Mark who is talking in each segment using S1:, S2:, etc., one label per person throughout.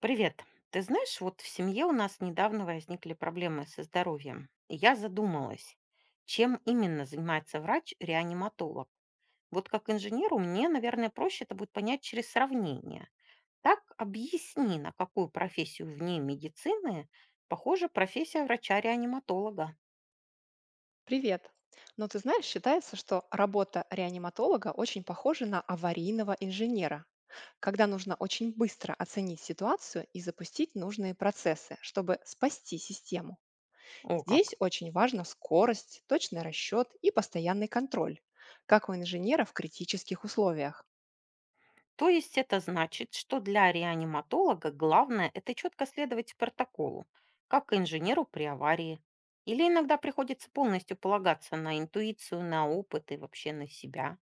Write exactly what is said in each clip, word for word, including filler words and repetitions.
S1: Привет. Ты знаешь, вот в семье у нас недавно возникли проблемы со здоровьем. И я задумалась, чем именно занимается врач-реаниматолог. Вот как инженеру мне, наверное, проще это будет понять через сравнение. Так объясни, на какую профессию вне медицины похожа профессия врача-реаниматолога.
S2: Привет. Но ты знаешь, считается, что работа реаниматолога очень похожа на аварийного инженера, когда нужно очень быстро оценить ситуацию и запустить нужные процессы, чтобы спасти систему.
S1: О,
S2: Здесь
S1: как.
S2: очень важна скорость, точный расчет и постоянный контроль, как у инженера в критических условиях.
S1: То есть это значит, что для реаниматолога главное — это четко следовать протоколу, как и инженеру при аварии. Или иногда приходится полностью полагаться на интуицию, на опыт и вообще на себя.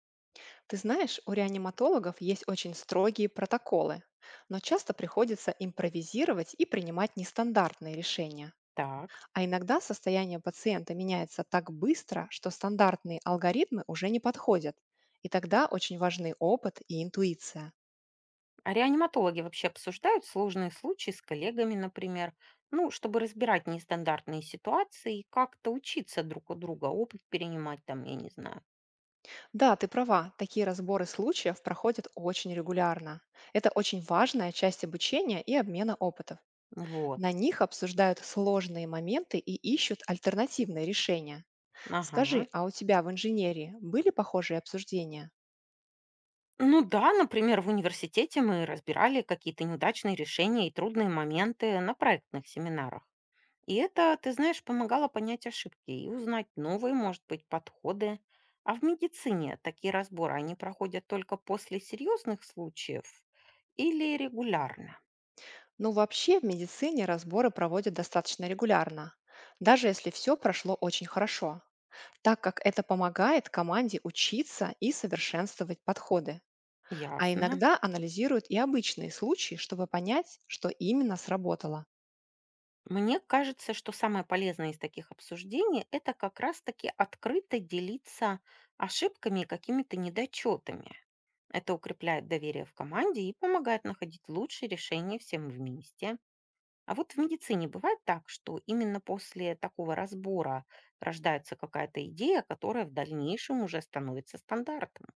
S2: Ты знаешь, у реаниматологов есть очень строгие протоколы, но часто приходится импровизировать и принимать нестандартные решения.
S1: Так.
S2: А иногда состояние пациента меняется так быстро, что стандартные алгоритмы уже не подходят. И тогда очень важны опыт и интуиция.
S1: А реаниматологи вообще обсуждают сложные случаи с коллегами, например, ну, чтобы разбирать нестандартные ситуации и как-то учиться друг у друга, опыт перенимать там, я не знаю.
S2: Да, ты права, такие разборы случаев проходят очень регулярно. Это очень важная часть обучения и обмена опытов. На
S1: Вот.
S2: них обсуждают сложные моменты и ищут альтернативные решения. Скажи,
S1: Ага.
S2: а у тебя в инженерии были похожие обсуждения?
S1: Ну да, например, в университете мы разбирали какие-то неудачные решения и трудные моменты на проектных семинарах. И это, ты знаешь, помогало понять ошибки и узнать новые, может быть, подходы. А в медицине такие разборы, они проходят только после серьезных случаев или регулярно?
S2: Ну, вообще в медицине разборы проводят достаточно регулярно, даже если все прошло очень хорошо, так как это помогает команде учиться и совершенствовать подходы. А
S1: Ясно.
S2: иногда анализируют и обычные случаи, чтобы понять, что именно сработало.
S1: Мне кажется, что самое полезное из таких обсуждений — это как раз-таки открыто делиться ошибками и какими-то недочетами. Это укрепляет доверие в команде и помогает находить лучшие решения всем вместе. А вот в медицине бывает так, что именно после такого разбора рождается какая-то идея, которая в дальнейшем уже становится стандартом.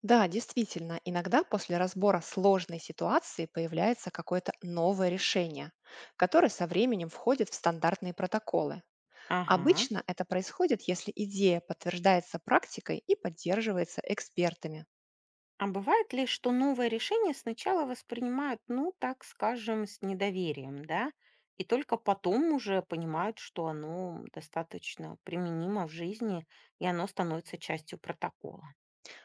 S2: Да, действительно, иногда после разбора сложной ситуации появляется какое-то новое решение, которое со временем входит в стандартные протоколы.
S1: Ага.
S2: Обычно это происходит, если идея подтверждается практикой и поддерживается экспертами.
S1: А бывает ли, что новое решение сначала воспринимают, ну, так скажем, с недоверием, да? И только потом уже понимают, что оно достаточно применимо в жизни, и оно становится частью протокола,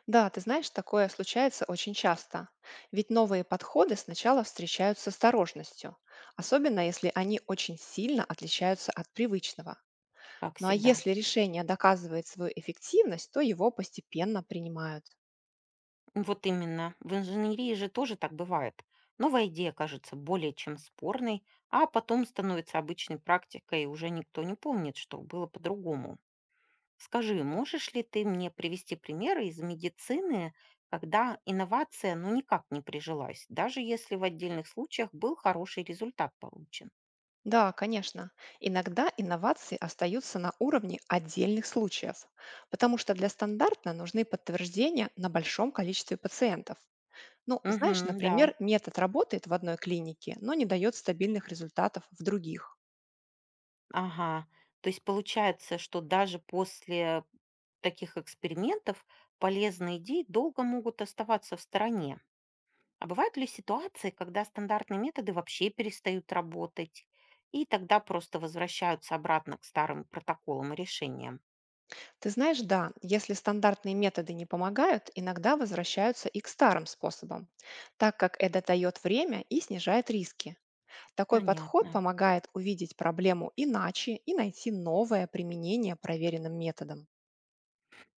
S2: Да, ты знаешь, такое случается очень часто. Ведь новые подходы сначала встречают с осторожностью, особенно если они очень сильно отличаются от привычного.
S1: как
S2: Ну а
S1: всегда.
S2: если решение доказывает свою эффективность, то его постепенно принимают.
S1: Вот именно. В инженерии же тоже так бывает. Новая идея кажется более чем спорной, а потом становится обычной практикой, и уже никто не помнит, что было по-другому. Скажи, можешь ли ты мне привести примеры из медицины, когда инновация ну никак не прижилась, даже если в отдельных случаях был хороший результат получен?
S2: Да, конечно. Иногда инновации остаются на уровне отдельных случаев, потому что для стандарта нужны подтверждения на большом количестве пациентов. Ну, знаешь,
S1: Угу, да.
S2: например, метод работает в одной клинике, но не дает стабильных результатов в других.
S1: Ага. То есть получается, что даже после таких экспериментов полезные идеи долго могут оставаться в стороне. А бывают ли ситуации, когда стандартные методы вообще перестают работать, и тогда просто возвращаются обратно к старым протоколам и решениям?
S2: Ты знаешь, да, если стандартные методы не помогают, иногда возвращаются и к старым способам, так как это дает время и снижает риски. Такой
S1: Понятно.
S2: подход помогает увидеть проблему иначе и найти новое применение проверенным методом.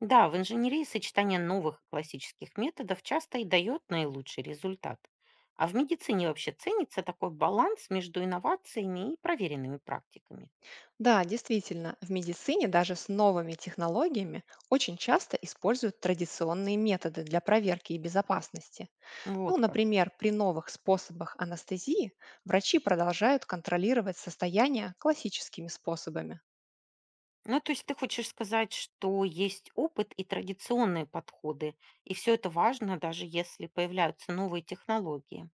S1: Да, в инженерии сочетание новых и классических методов часто и дает наилучший результат. А в медицине вообще ценится такой баланс между инновациями и проверенными практиками.
S2: Да, действительно, в медицине даже с новыми технологиями очень часто используют традиционные методы для проверки и безопасности. Ну,
S1: Вот как.
S2: например, при новых способах анестезии врачи продолжают контролировать состояние классическими способами.
S1: Ну, то есть ты хочешь сказать, что есть опыт и традиционные подходы, и все это важно, даже если появляются новые технологии.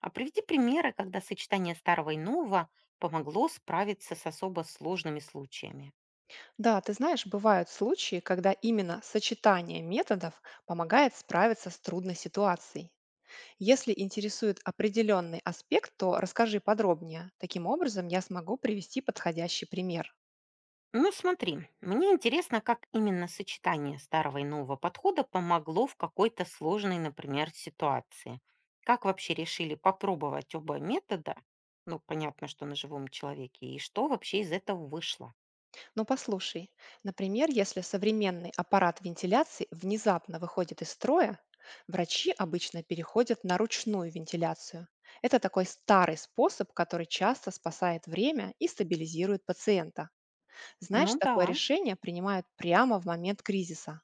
S1: А приведи примеры, когда сочетание старого и нового помогло справиться с особо сложными случаями.
S2: Да, ты знаешь, бывают случаи, когда именно сочетание методов помогает справиться с трудной ситуацией. Если интересует определенный аспект, то расскажи подробнее. Таким образом, я смогу привести подходящий пример.
S1: Ну смотри, мне интересно, как именно сочетание старого и нового подхода помогло в какой-то сложной, например, ситуации. Как вообще решили попробовать оба метода? Ну, понятно, что на живом человеке. И что вообще из этого вышло?
S2: Но послушай, например, если современный аппарат вентиляции внезапно выходит из строя, врачи обычно переходят на ручную вентиляцию. Это такой старый способ, который часто спасает время и стабилизирует пациента. Знаешь,
S1: Ну да.
S2: такое решение принимают прямо в момент кризиса.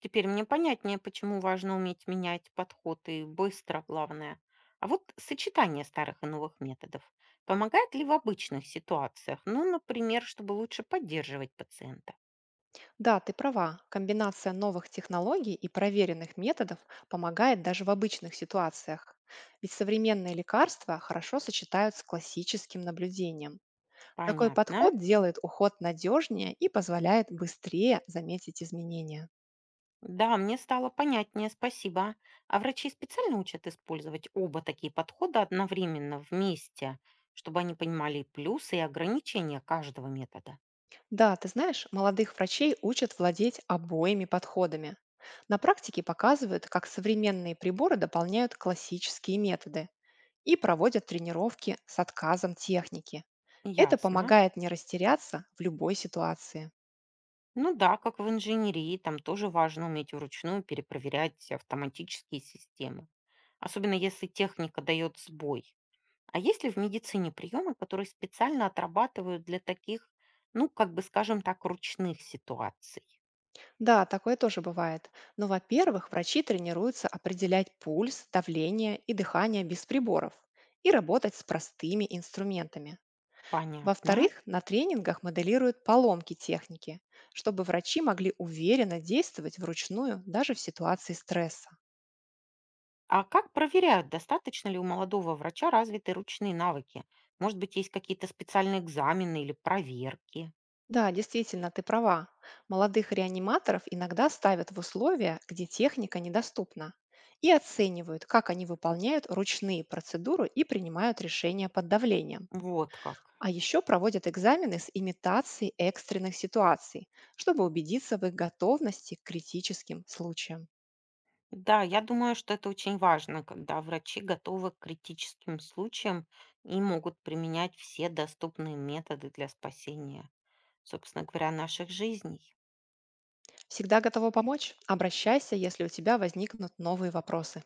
S1: Теперь мне понятнее, почему важно уметь менять подход и быстро, главное. А вот сочетание старых и новых методов помогает ли в обычных ситуациях? Ну, например, чтобы лучше поддерживать пациента.
S2: Да, ты права, комбинация новых технологий и проверенных методов помогает даже в обычных ситуациях. Ведь современные лекарства хорошо сочетают с классическим наблюдением. Такой
S1: Понятно.
S2: подход делает уход надежнее и позволяет быстрее заметить изменения.
S1: Да, мне стало понятнее, спасибо. А врачи специально учат использовать оба такие подхода одновременно вместе, чтобы они понимали и плюсы и ограничения каждого метода.
S2: Да, ты знаешь, молодых врачей учат владеть обоими подходами. На практике показывают, как современные приборы дополняют классические методы и проводят тренировки с отказом техники. Это
S1: Ясно.
S2: помогает не растеряться в любой ситуации.
S1: Ну да, как в инженерии, там тоже важно уметь вручную перепроверять автоматические системы, особенно если техника дает сбой. А есть ли в медицине приемы, которые специально отрабатывают для таких, ну, как бы скажем так, ручных ситуаций?
S2: Да, такое тоже бывает. Но, во-первых, врачи тренируются определять пульс, давление и дыхание без приборов и работать с простыми инструментами.
S1: Понятно.
S2: Во-вторых, на тренингах моделируют поломки техники, чтобы врачи могли уверенно действовать вручную даже в ситуации стресса.
S1: А как проверяют, достаточно ли у молодого врача развиты ручные навыки? Может быть, есть какие-то специальные экзамены или проверки?
S2: Да, действительно, ты права. Молодых реаниматоров иногда ставят в условия, где техника недоступна, и оценивают, как они выполняют ручные процедуры и принимают решения под давлением.
S1: Вот как.
S2: А еще проводят экзамены с имитацией экстренных ситуаций, чтобы убедиться в их готовности к критическим случаям.
S1: Да, я думаю, что это очень важно, когда врачи готовы к критическим случаям и могут применять все доступные методы для спасения, собственно говоря, наших жизней.
S2: Всегда готова помочь? Обращайся, если у тебя возникнут новые вопросы.